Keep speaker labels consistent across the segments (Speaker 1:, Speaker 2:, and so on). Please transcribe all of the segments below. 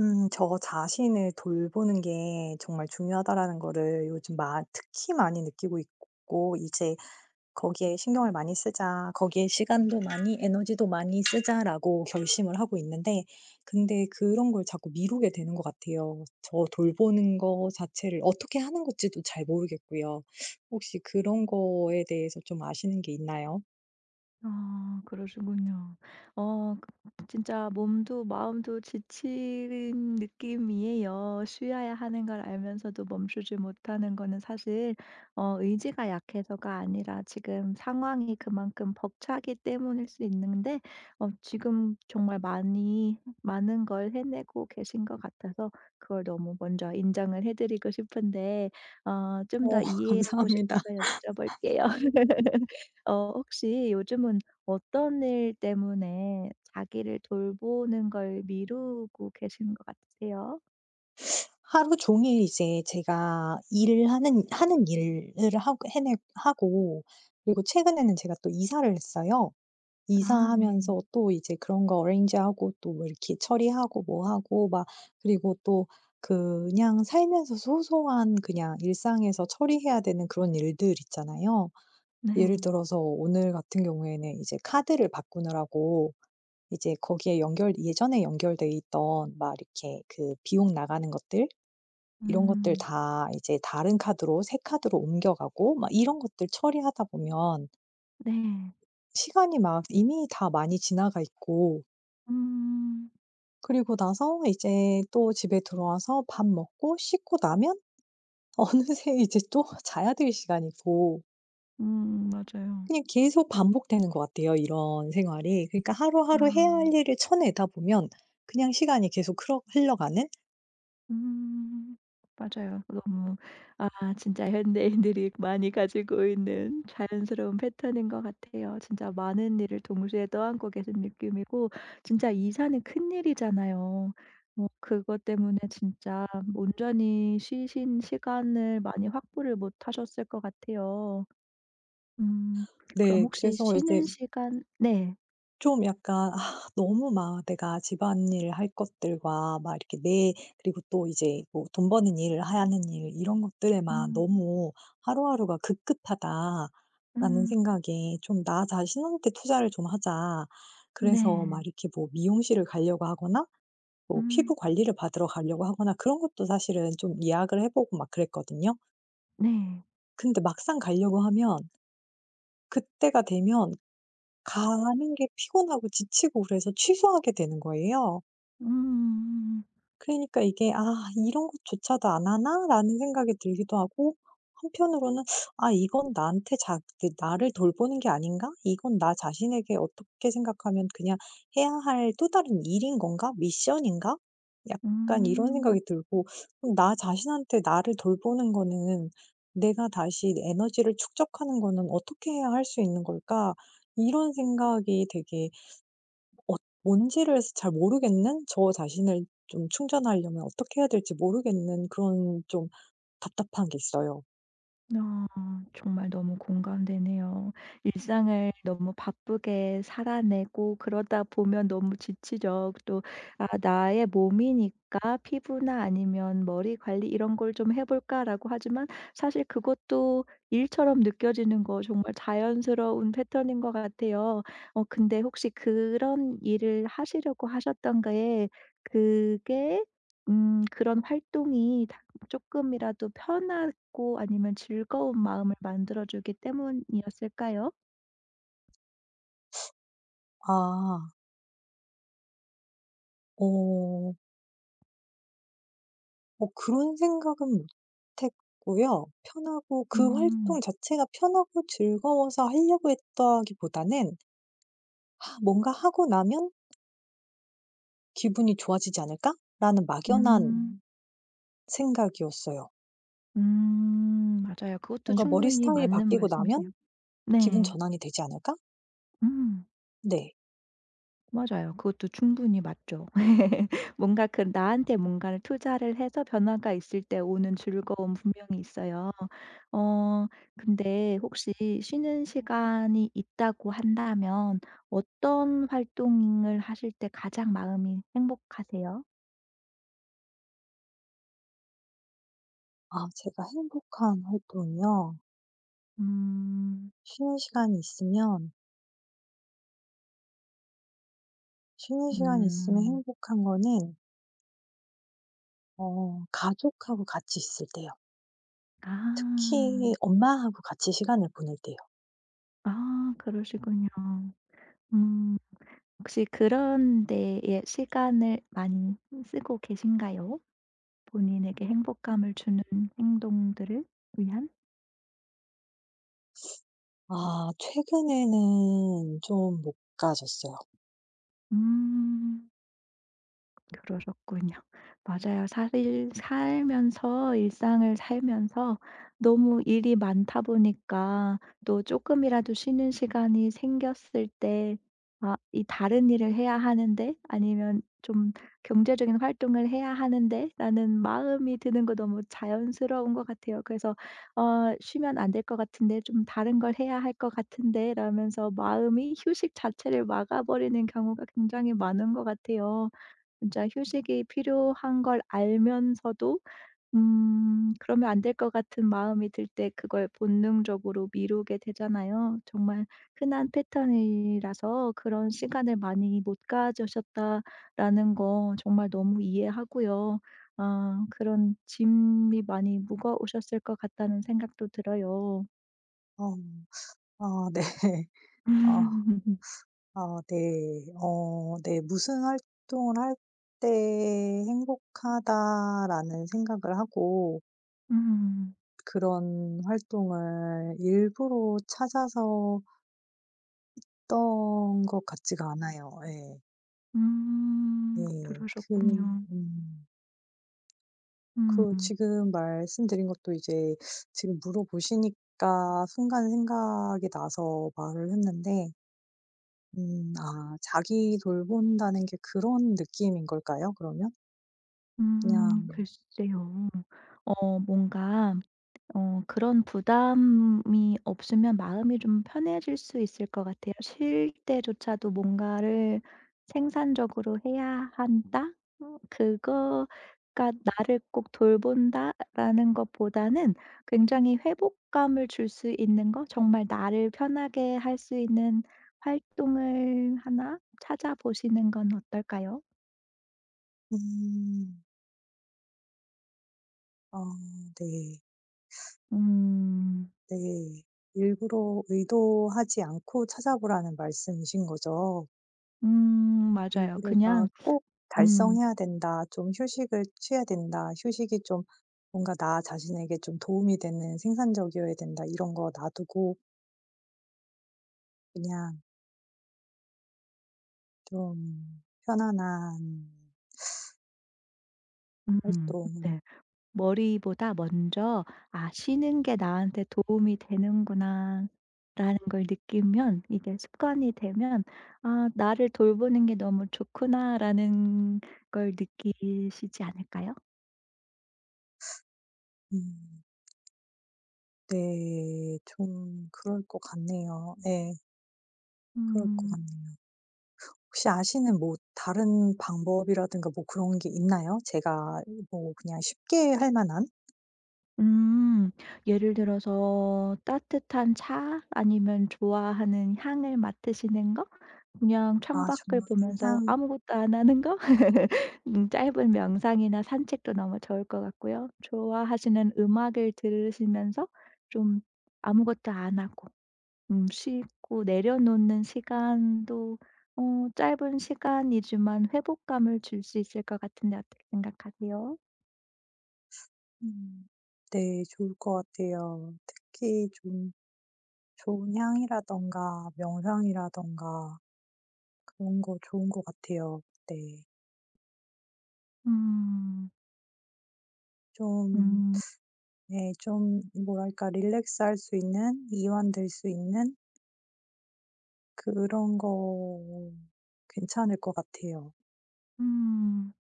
Speaker 1: 저 자신을 돌보는 게 정말 중요하다라는 거를 요즘 마 특히 많이 느끼고 있고, 이제 '거기에 신경을 많이 쓰자. 거기에 시간도 많이, 에너지도 많이 쓰자.'라고 결심을 하고 있는데, 근데 그런 걸 자꾸 미루게 되는 것 같아요. 저 돌보는 거 자체를 어떻게 하는 건지도 잘 모르겠고요. 혹시 그런
Speaker 2: 음.
Speaker 1: 거에 대해서 좀 아시는 게 있나요?
Speaker 2: 아 그러시군요. 어 그 진짜 몸도 마음도 지친 느낌이에요. 쉬어야 하는 걸 알면서도 멈추지 못하는 거는 사실 의지가 약해서가 아니라 지금 상황이 그만큼 벅차기 때문일 수 있는데 지금 정말 많이 많은 걸 해내고 계신 것 같아서 그걸 너무 먼저 인정을 해 드리고 싶은데 좀
Speaker 1: 어
Speaker 2: 더 이해하고
Speaker 1: 감사합니다.
Speaker 2: 싶어서 여쭤볼게요. 혹시 요즘은 어떤 일 때문에 자기를 돌보는 걸 미루고 계시는 것 같으세요?
Speaker 1: 하루 종일 이제 제가 일을 하는 일을 하고 해내 하고 그리고 최근에는 제가 또 이사를 했어요.
Speaker 2: 아 네.
Speaker 1: 이사하면서 또 이제 그런 거 어레인지하고, 또 뭐 이렇게 처리하고 뭐 하고 막, 그리고 또 그냥 살면서 소소한, 그냥 일상에서 처리해야 되는 그런 일들 있잖아요.
Speaker 2: 네.
Speaker 1: 예를 들어서 오늘 같은 경우에는 이제 카드를 바꾸느라고, 이제 거기에 연결 예전에 연결돼 있던 막 이렇게 그 비용 나가는 것들, 이런 것들
Speaker 2: 음.
Speaker 1: 다 이제 다른 카드로, 새 카드로 옮겨가고 막 이런 것들 처리하다 보면,
Speaker 2: 네.
Speaker 1: 시간이 막 이미 다 많이 지나가 있고,
Speaker 2: 음.
Speaker 1: 그리고 나서 이제 또 집에 들어와서 밥 먹고 씻고 나면 어느새 이제 또 자야 될 시간이고,
Speaker 2: 맞아요.
Speaker 1: 그냥 계속 반복되는 것 같아요, 이런 생활이. 그러니까 하루하루 해야
Speaker 2: 아.
Speaker 1: 할 일을 쳐내다 보면, 그냥 시간이 계속 흘러 흘러가는?
Speaker 2: 음. 맞아요. 너무 아 진짜 현대인들이 많이 가지고 있는 자연스러운 패턴인 것 같아요. 진짜 많은 일을 동시에 떠안고 계신 느낌이고 진짜 이사는 큰일이잖아요. 뭐 그것 때문에 진짜 온전히 쉬신 시간을 많이 확보를 못 하셨을 것 같아요. 음. 그럼
Speaker 1: 네.
Speaker 2: 혹시
Speaker 1: 그래서 이제
Speaker 2: 쉬는 시간 네.
Speaker 1: 좀 약간, 너무 막 내가 집안일 할 것들과 막 이렇게 내 그리고 또 이제 뭐 돈 버는 일 하는 일, 이런 것들에만
Speaker 2: 음.
Speaker 1: 너무 '하루하루가 급급하다.'라는
Speaker 2: 음.
Speaker 1: 생각에, 좀 '나 자신한테 투자를 좀 하자.' 그래서 막
Speaker 2: 네.
Speaker 1: 이렇게 뭐 미용실을 가려고 하거나, 뭐 피부
Speaker 2: 음.
Speaker 1: 관리를 받으러 가려고 하거나, 그런 것도 사실은 좀 예약을 해 보고 막 그랬거든요.
Speaker 2: 네.
Speaker 1: 근데 막상 가려고 하면, 그때가 되면 가는 게 피곤하고 지치고, 그래서 취소하게 되는 거예요.
Speaker 2: 음.
Speaker 1: 그러니까 이게, '아, 이런 것조차도 안 하나?'라는 생각이 들기도 하고, 한편으로는, '아, 이건 나한테 자 그 나를 돌보는 게 아닌가? 이건 나 자신에게 어떻게 생각하면 그냥 해야 할 또 다른 일인 건가? 미션인가?' 약간 이런 생각이
Speaker 2: 음.
Speaker 1: 들고, 나 자신한테 나를 돌보는 거는, '내가 다시 에너지를 축적하는 거는 어떻게 해야 할 수 있는 걸까?' 이런 생각이 되게, 어 뭔지를 잘 모르겠는, 저 자신을 좀 충전하려면 어떻게 해야 될지 모르겠는, 그런 좀 답답한 게 있어요.
Speaker 2: 아 정말 너무 공감되네요. 일상을 너무 바쁘게 살아내고 그러다 보면 너무 지치죠. 또 아 '나의 몸이니까 피부나 아니면 머리 관리 이런 걸 좀 해 볼까.'라고 하지만 사실 그것도 일처럼 느껴지는 거 정말 자연스러운 패턴인 것 같아요. 근데 혹시 그런 일을 하시려고 하셨던 게 그게 그런 활동이 조금이라도 편하고 아니면 즐거운 마음을 만들어 주기 때문이었을까요?
Speaker 1: 아. 어. 뭐 그런 생각은 못 했고요. 편하고, 그
Speaker 2: 음.
Speaker 1: 활동 자체가 편하고 즐거워서 하려고 했다기보다는, '뭔가 하고 나면 기분이 좋아지지 않을까?'라는
Speaker 2: 음.
Speaker 1: 막연한 생각이었어요.
Speaker 2: 맞아요. 그것도
Speaker 1: 뭔가, '머리
Speaker 2: 충분히
Speaker 1: 스타일이
Speaker 2: 맞는
Speaker 1: 바뀌고
Speaker 2: 말씀이세요.
Speaker 1: 나면 기분
Speaker 2: 네.
Speaker 1: 전환이 되지 않을까?'
Speaker 2: 음.
Speaker 1: 네.
Speaker 2: 맞아요. 그것도 충분히 맞죠. 뭔가 그 나한테 뭔가를 투자를 해서 변화가 있을 때 오는 즐거움 분명히 있어요. 어 근데 혹시 쉬는 시간이 있다고 한다면 어떤 활동을 하실 때 가장 마음이 행복하세요?
Speaker 1: 아, 제가 행복한 활동이요?
Speaker 2: 음.
Speaker 1: 쉬는 시간이 있으면 쉬는 시간이 있으면
Speaker 2: 음.
Speaker 1: 행복한 거는, 가족하고 같이 있을 때요. 특히
Speaker 2: 아.
Speaker 1: 엄마하고 같이 시간을 보낼 때요.
Speaker 2: 아 그러시군요. 음. 혹시 그런 데에 시간을 많이 쓰고 계신가요? 본인에게 행복감을 주는 행동들을 위한?
Speaker 1: 아, 최근에는 좀 못 가졌어요.
Speaker 2: 음. 그러셨군요. 맞아요. 사실 살면서 일상을 살면서 너무 일이 많다 보니까 또 조금이라도 쉬는 시간이 생겼을 때 아 이 다른 일을 해야 하는데 아니면 좀 경제적인 활동을 해야 하는데라는 마음이 드는 거 너무 자연스러운 것 같아요. 그래서 '어 쉬면 안 될 것 같은데 좀 다른 걸 해야 할 것 같은데.' 라면서 마음이 휴식 자체를 막아버리는 경우가 굉장히 많은 것 같아요. 진짜 휴식이 필요한 걸 알면서도 그러면 안 될 것 같은 마음이 들 때 그걸 본능적으로 미루게 되잖아요. 정말 흔한 패턴이라서 그런 시간을 많이 못 가져셨다라는 거 정말 너무 이해하고요. 아 그런 짐이 많이 무거우셨을 것 같다는 생각도 들어요.
Speaker 1: 어, 아, 네. 아,
Speaker 2: 음.
Speaker 1: 아, 네. 어, 네. '무슨 활동을 할 때 행복하다.'라는 생각을 하고,
Speaker 2: 음.
Speaker 1: 그런 활동을 일부러 찾아서 했던 것 같지가 않아요. 예. 네.
Speaker 2: 그러셨군요.
Speaker 1: 음. 그
Speaker 2: 음.
Speaker 1: 지금 말씀드린 것도 이제 지금 물어보시니까 순간 생각이 나서 말을 했는데, 자기 돌본다는 게 그런 느낌인 걸까요, 그러면? 그냥.
Speaker 2: 글쎄요. 뭔가 그런 부담이 없으면 마음이 좀 편해질 수 있을 것 같아요. 쉴 때조차도 뭔가를 생산적으로 해야 한다? 그거가 '나를 꼭 돌본다.'라는 것보다는 굉장히 회복감을 줄 수 있는 거 정말 나를 편하게 할 수 있는 활동을 하나 찾아보시는 건 어떨까요?
Speaker 1: 음. 어, 네.
Speaker 2: 음.
Speaker 1: 네. 일부러 의도하지 않고 찾아보라는 말씀이신 거죠?
Speaker 2: 음 맞아요.
Speaker 1: 일부러가
Speaker 2: 그냥
Speaker 1: 꼭
Speaker 2: 음
Speaker 1: 달성해야 된다. 좀 휴식을 취해야 된다. 휴식이 좀 뭔가 나 자신에게 좀 도움이 되는, 생산적이어야 된다. 이런 거 놔두고 그냥 좀 편안한 활동을,
Speaker 2: 네. 머리보다 먼저 '아 쉬는 게 나한테 도움이 되는구나.'라는 걸 느끼면 이게 습관이 되면 '아 나를 돌보는 게 너무 좋구나.'라는 걸 느끼시지 않을까요?
Speaker 1: 음 네. 좀 그럴 것 같네요. 예. 그럴 것
Speaker 2: 음.
Speaker 1: 같네요. 혹시 아시는 뭐 다른 방법이라든가 뭐 그런 게 있나요? 제가 뭐 그냥 쉽게 할 만한?
Speaker 2: 음. 예를 들어서 따뜻한 차 아니면 좋아하는 향을 맡으시는 것? 그냥
Speaker 1: 아,
Speaker 2: 창밖을
Speaker 1: 정말
Speaker 2: 보면서
Speaker 1: 그냥.
Speaker 2: 아무것도 안 하는 거? 짧은 명상이나 산책도 너무 좋을 것 같고요. 좋아하시는 음악을 들으시면서 좀 아무것도 안 하고 쉬고 내려놓는 시간도 짧은 시간이지만 회복감을 줄 수 있을 것 같은데 어떻게 생각하세요?
Speaker 1: 음. 네. 좋을 것 같아요. 특히 좀 좋은 향이라든가 명상이라든가, 그런 거 좋은 것 같아요. 네.
Speaker 2: 음.
Speaker 1: 좀.
Speaker 2: 음.
Speaker 1: 예, 좀 뭐랄까, 릴렉스할 수 있는, 이완될 수 있는 그런 거 괜찮을 것 같아요.
Speaker 2: 음.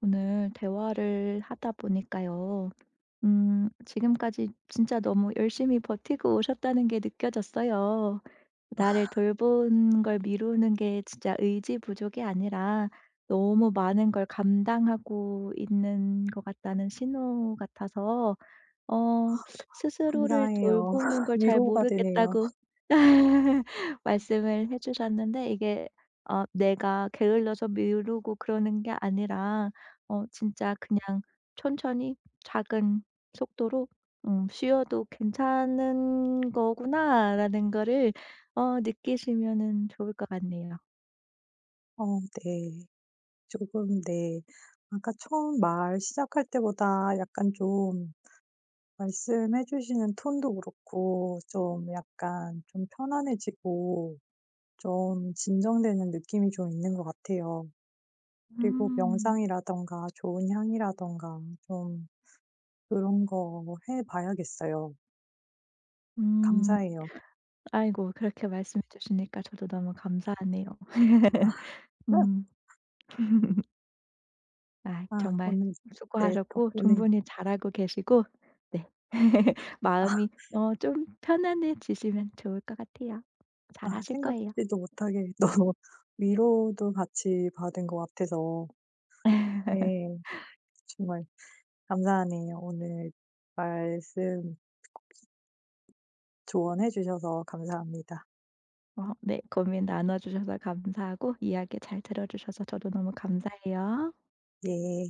Speaker 2: 오늘 대화를 하다 보니까요. 지금까지 진짜 너무 열심히 버티고 오셨다는 게 느껴졌어요. 나를 돌보는 걸 미루는 게 진짜 의지 부족이 아니라 너무 많은 걸 감당하고 있는 것 같다는 신호 같아서 어 스스로를
Speaker 1: 감사해요.
Speaker 2: 돌보는 걸 잘
Speaker 1: 위로가 되네요.
Speaker 2: 모르겠다고 말씀을 해 주셨는데 이게 내가 게을러서 미루고 그러는 게 아니라 진짜 그냥 천천히 작은 속도로 '쉬어도 괜찮은 거구나.'라는 거를 느끼시면은 좋을 것 같네요.
Speaker 1: 어, 네. 조금. 네. 아까 처음 말 시작할 때보다, 약간 좀, 말씀해 주시는 톤도 그렇고 좀 약간 좀 편안해지고, 좀 진정되는 느낌이 좀 있는 것 같아요. 그리고
Speaker 2: 음.
Speaker 1: 명상이라든가 좋은 향이라든가, 좀 그런 거 해 봐야겠어요.
Speaker 2: 음.
Speaker 1: 감사해요.
Speaker 2: 아이고 그렇게 말씀해 주시니까 저도 너무 감사하네요. 음. 아
Speaker 1: 아,
Speaker 2: 정말
Speaker 1: 오늘 네,
Speaker 2: 수고하셨고
Speaker 1: 덕분에.
Speaker 2: 충분히 잘하고 계시고 네. 마음이 좀 편안해지시면 좋을 것 같아요.
Speaker 1: 아,
Speaker 2: 잘하실 거예요.
Speaker 1: 생각지도 못하게 너무 위로도 같이 받은 것 같아서. 네, 정말 감사하네요. 오늘 말씀, 조언해 주셔서 감사합니다.
Speaker 2: 네. 고민 나눠 주셔서 감사하고 이야기 잘 들어 주셔서 저도 너무 감사해요.
Speaker 1: 네.